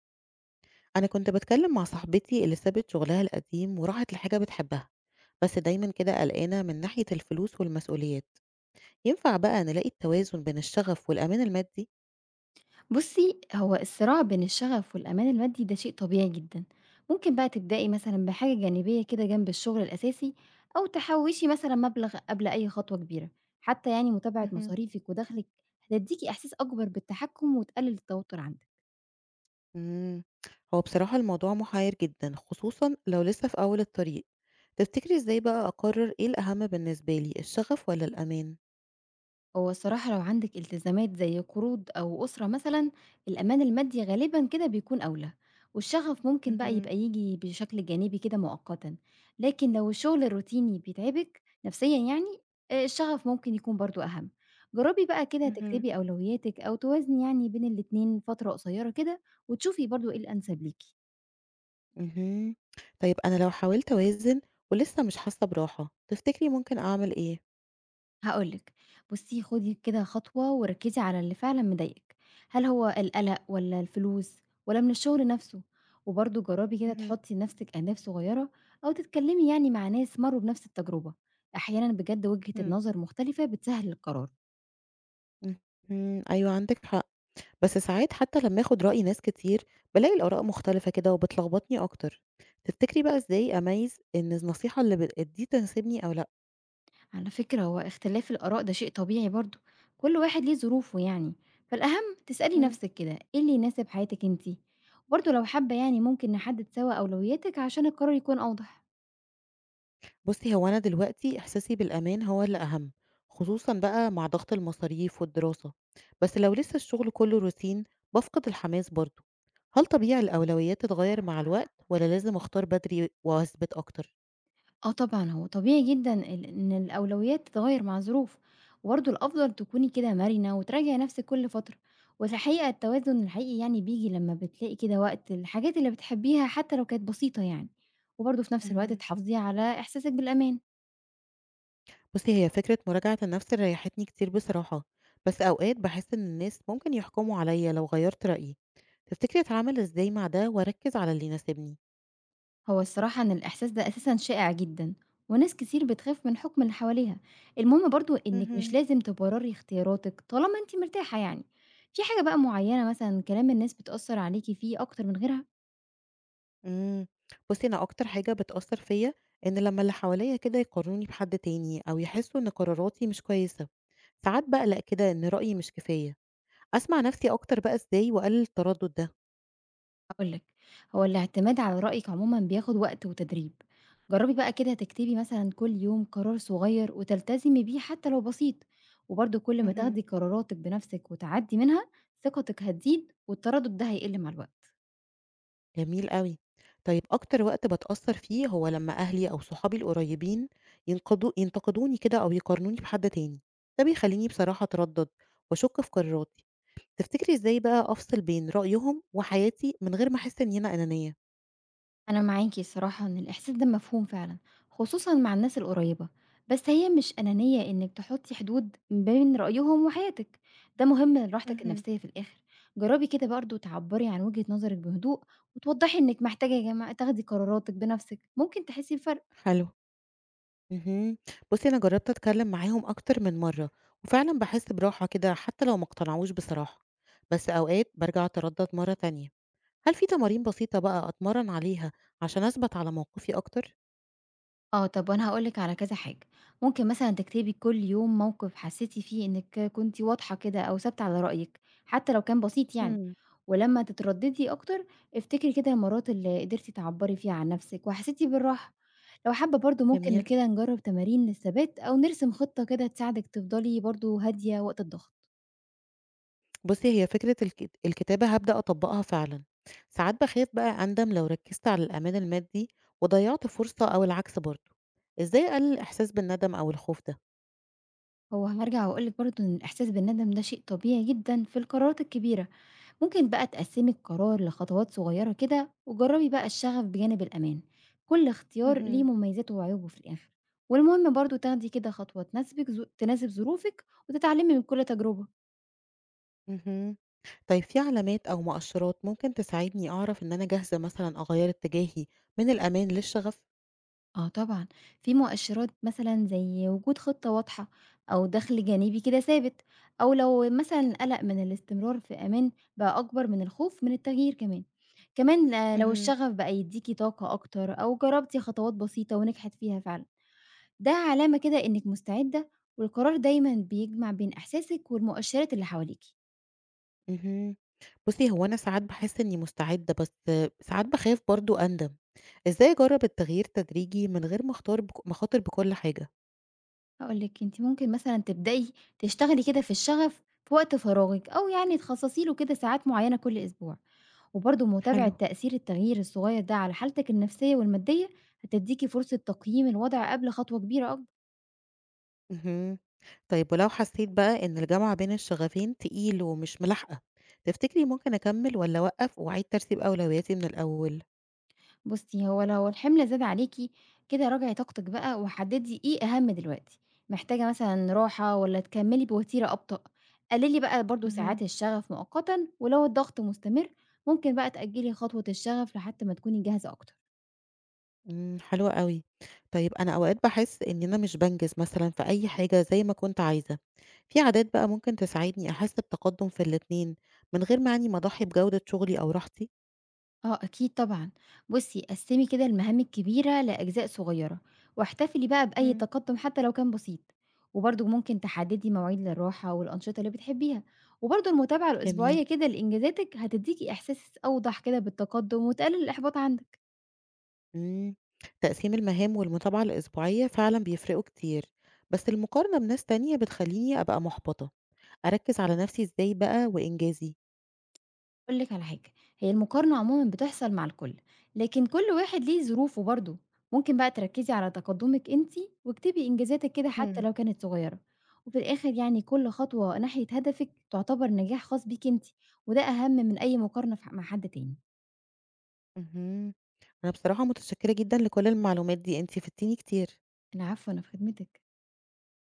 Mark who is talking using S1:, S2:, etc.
S1: أنا كنت باتكلم مع صاحبتي اللي سابت شغلها القديم وراحت لحاجة بتحبها، بس دايما كده قلقانة من ناحية الفلوس والمسؤوليات. ينفع بقى نلاقي التوازن بين الشغف والأمان المادي؟
S2: بُصّي، هو الصراع بين الشغف والأمان المادي ده شيء طبيعي جدًا، ممكن بقى تبدئي مثلًا بحاجة جانبية كده جنب الشغل الأساسي، أو تحوّشي مثلًا مبلغ قبل أي خطوة كبيرة، حتى يعني متابعة
S1: مهم.
S2: مصاريفِك ودخلِك هتدّيكِ إحساس أكبر بالتحكم وتقلل التوتر عندِك.
S1: مم. هو بصراحة الموضوع محير جدا، خصوصا لو لسه في أول الطريق. تفتكري ازاي بقى أقرر ايه الأهم بالنسبة لي، الشغف ولا الأمان؟
S2: هو الصراحة لو عندِك التزامات زي قروض أو أسرة مثلًا، الأمان المادي غالبًا كده بيكون أولى، والشغف ممكن بقى
S1: مهم.
S2: يبقى ييجي بشكل جانبي كده مؤقتًا، لكن لو الشغل الروتيني بيتعبِك نفسيًا يعني، الشغف ممكن يكون برضه أهم. جرّبي بقى كده
S1: مهم.
S2: تكتبي أولوياتِك أو توازني يعني بين الاتنين فترة قصيرة كده، وتشوفي برضه إيه الأنسب ليكِ.
S1: مهم. طيب أنا لو حاولت أوازن ولسه مش حاسة براحة، تفتكري ممكن أعمل ايه؟
S2: هاقول لِك، بُصّي خُدي كده خطوة وركّزي على اللي فعلًا مضايقِك، هل هو القلق والّا الفلوس والّا من الشغل نَفْسه؟ وبرضه جرّبي كده
S1: مهم.
S2: تحطّي لنَفْسِك أهداف صغيّرة أو تتكلّمي يعني مع ناس مرّوا بنَفْس التجربة، أحيانًا بجد وجهة النظر مختلفة بتسهّل القرار.
S1: اهم، أيوه عندِك حق، بس ساعات حتى لمّا آخد رأي ناس كتير، بالاقي الآراء مختلفة كده وبتلخبطني أكتر. تفتكري بقى إزاي أميّز إن النصيحة اللي دي تناسبني أو لأ؟
S2: على فكرة هو اختلاف الآراء ده شيء طبيعي برضه، كل واحد ليه ظروفه يعني، فالأهم تسألي
S1: إمم.
S2: نَفْسِك كده إيه اللي يناسب حياتِك أنتِ؟ وبرضه لو حابّة يعني ممكن نحدّد سوا أولوياتِك عشان القرار يكون أوضح.
S1: بُصّي، هو أنا دلوقتي إحساسي بالأمان هو اللي أهم، خصوصًا بقى مع ضغط المصاريف والدراسة، بس لو لسه الشغل كلّه روتين بافقد الحماس برضه. هل طبيعي الأولويات تتغيّر مع الوقت، والّا لازم أختار بدري وأثبت أكتر؟
S2: آه طبعًا، هو طبيعي جدًا إن الأولويات تتغيّر مع الظروف، وبرضه الأفضل تكوني كده مرنة وتراجعي نَفْسِك كل فترة، والحقيقة التوازن الحقيقي يعني بييجي لمّا بتلاقي كده وقت للحاجات اللي بتحبيها حتى لو كانت بسيطة يعني، وبرضه في نَفْس الوقت
S1: اهم.
S2: تحافظي على إحساسِك بالأمان.
S1: بُصّي، هي فكرة مراجعة النَفْس ريّحتني كتير بصراحة، بس أوقات باحس إن الناس ممكن يحكموا عليّا لو غيّرت رأيي. تفتكري أتعامل إزاي مع ده وأركّز على اللي يناسبني؟
S2: هو الصراحة إن الإحساس ده أساسًا شائع جدًا، وناس كتير بتخاف من حُكم اللي حواليها. المهم برضه إنِّك مش
S1: اهم.
S2: لازم تبرّري اختياراتِك طالما أنتِ مرتاحة يعني. في حاجة بقى معيّنة مثلًا كلام الناس بتأثّر عليكِ فيه أكتر من غيرها؟
S1: إمم. بُصّي، أنا أكتر حاجة بتأثّر فيّا إن لمّا اللي حواليّا كده يقارنوني بحد تاني أو يحسّوا إن قراراتي مش كويسة، ساعات باقلق كده إن رأيي مش كفاية. أسمع نَفْسي أكتر بقى إزاي وأقلل التردُّد ده؟
S2: هاقول لِك، هو الاعتماد على رأيِك عمومًا بياخد وقت وتدريب، جرّبي بقى كده تكتبي مثلًا كل يوم قرار صغير وتلتزمي بيه حتى لو بسيط، وبرضه كل ما
S1: اهم.
S2: تاخدي قراراتِك بنفسِك وتعدّي منها ثقتِك هتزيد والتردد ده هيقل مع الوقت.
S1: جميل أوي. طيب أكتر وقت باتأثّر فيه هو لمّا أهلي أو صحابي القريبين ينتقدوني كده أو يقارنوني بحد تاني، ده بيخلّيني بصراحة أتردّد وأشُك في قراراتي. تفتكري إزاي بقى أفصل بين رأيهم وحياتي من غير ما أحس إن أنا أنانية؟
S2: أنا معاكِ الصراحة إن الإحساس ده مفهوم فعلًا، خصوصًا مع الناس القريّبة، بس هي مش أنانية إنِّك تحطّي حدود بين رأيهم وحياتِك، ده مهم لراحتك
S1: اهم.
S2: النفسية في الآخر، جرّبي كده برضه تعبّري عن وجهة نظرِك بهدوء وتوضّحي إنِّك محتاجة يا جماعة تاخدي قراراتِك بنفسِك، ممكن تحسّي بفرق.
S1: حلو. اهم. بُصّي، أنا جرّبت أتكلّم معاهم أكتر من مرّة وفعلًا باحس براحة كده، حتّى لو ما اقتنعوش بصراحة، بس أوقات بارجع أتردّد مرّة تانية. هل في تمارين بسيطة بقى أتمرّن عليها عشان أثبت على موقفي أكتر؟
S2: آه، طب وأنا هاقول لِك على كذا حاجة، ممكن مثلًا تكتبي كل يوم موقف حسيتِ فيه إنِّك كنتِ واضحة كده أو ثابتة على رأيِك، حتى لو كان بسيط يعني،
S1: إمم،
S2: ولمّا تترددي أكتر افتكري كده المرات اللي قدرتِ تعبّري فيها عن نفسِك وحسيتِ بالراحة، لو حابة برضه ممكن
S1: جميل.
S2: كده نجرّب تمارين للثبات أو نرسم خطة كده تساعدِك تفضلي برضه هادية وقت الضغط،
S1: بُصّي، هي فكرة الكتابة هابدأ أطبّقها فعلًا. ساعات باخاف بقى أندم لو ركّزت على الأمان المادي وضيّعت فرصة، أو العكس برضه. إزاي أقلل الإحساس بالندم أو الخوف ده؟
S2: هو هارجع وأقول لِك برضه إن الإحساس بالندم ده شيء طبيعي جدًا في القرارات الكبيرة، ممكن بقى تقسّمي القرار لخطوات صغيرة كده وجرّبي بقى الشغف بجانب الأمان، كل اختيار ليه
S1: اهم.
S2: مميزاته وعيوبه في الآخر، والمهم برضه تاخدي كده خطوة تناسبِك تناسب ظروفِك وتتعلمي من كل تجربة.
S1: اهم. طيب في علامات أو مؤشرات ممكن تساعدني أعرف إن أنا جاهزة مثلًا أغيّر اتجاهي من الأمان للشغف؟
S2: آه طبعًا، في مؤشرات مثلًا زي وجود خطة واضحة أو دخل جانبي كده ثابت، أو لو مثلًا القلق من الاستمرار في أمان بقى أكبر من الخوف من التغيير كمان. كمان آه، لو
S1: اهم.
S2: الشغف بقى يدّيكِ طاقة أكتر أو جرّبتِ خطوات بسيطة ونجحت فيها فعلًا. ده علامة كده إنِّك مستعدة، والقرار دايمًا بيجمع بين إحساسِك والمؤشرات اللي حواليكِ.
S1: اهم. بُصّي، هو أنا ساعات باحس إنّي مستعدة، بس ساعات باخاف برضه أندم. إزاي أجرّب التغيير تدريجي من غير ما أختار ما أخاطر بكل حاجة؟
S2: هاقول لِك أنتِ ممكن مثلًا تبدئي تشتغلي كده في الشغف في وقت فراغِك، أو يعني تخصصي له كده ساعات معيّنة كل أسبوع، وبرضه متابعة
S1: حلو.
S2: تأثير التغيير الصغير ده على حالتك النفسية والمادية هتدّيكِ فرصة تقييم الوضع قبل خطوة كبيرة أكبر.
S1: اهم. طيب ولو حسيت بقى إن الجمع بين الشغفين تقيل ومش ملاحقة، تفتكري ممكن أكمّل والّا أوقّف وأعيد ترتيب أولوياتي من الأول؟
S2: بُصّي، هو لو الحِمل زاد عليكِ، كده راجعي طاقتِك بقى وحدّدي إيه أهم دلوقتي، محتاجة مثلًا راحة والّا تكمّلي بوتيرة أبطأ؟ قلّلي بقى برضه ساعات
S1: اهم.
S2: الشغف مؤقتًا ولو الضغط مستمر، ممكن بقى تأجّلي خطوة الشغف لحد ما تكوني جاهزة أكتر.
S1: إمم، حلو أوي. طيب أنا أوقات باحس إن أنا مش بانجز مثلًا في أي حاجة زي ما كنت عايزة. في عادات بقى ممكن تساعدني أحس بتقدُّم في الاتنين من غير ما يعني ما أضحّي بجودة شغلي أو راحتي؟
S2: آه أكيد طبعًا، بُصّي قسّمي كده المهام الكبيرة لأجزاء صغيرة، واحتفلي بقى بأي
S1: إمم.
S2: تقدم حتى لو كان بسيط، وبرضه ممكن تحددي مواعيد للراحة والأنشطة اللي بتحبيها، وبرضه المتابعة
S1: جميل.
S2: الأسبوعية كده لإنجازاتِك هتديكِ إحساس أوضح كده بالتقدم وتقلل الإحباط عندِك.
S1: إمم، تقسيم المهام والمتابعة الأسبوعية فعلًا بيفرقوا كتير، بس المقارنة بناس تانية بتخلّيني أبقى محبطة. أركّز على نفسي إزاي بقى وإنجازي؟
S2: هاقول لِك على حاجة، هي المقارنة عمومًا بتحصل مع الكل، لكن كل واحد ليه ظروفه برضه، ممكن بقى تركّزي على تقدُّمِك أنتِ واكتبي إنجازاتِك كده حتى
S1: إمم.
S2: لو كانت صغيرة، وفي الآخر يعني كل خطوة ناحية هدفِك تعتبر نجاح خاص بيكِ أنتِ، وده أهم من أي مقارنة في ح مع حد تاني.
S1: اهم، أنا بصراحة متشكرة جدًا لكل المعلومات دي، أنتِ فدتيني كتير.
S2: العفو، أنا في خدمتِك.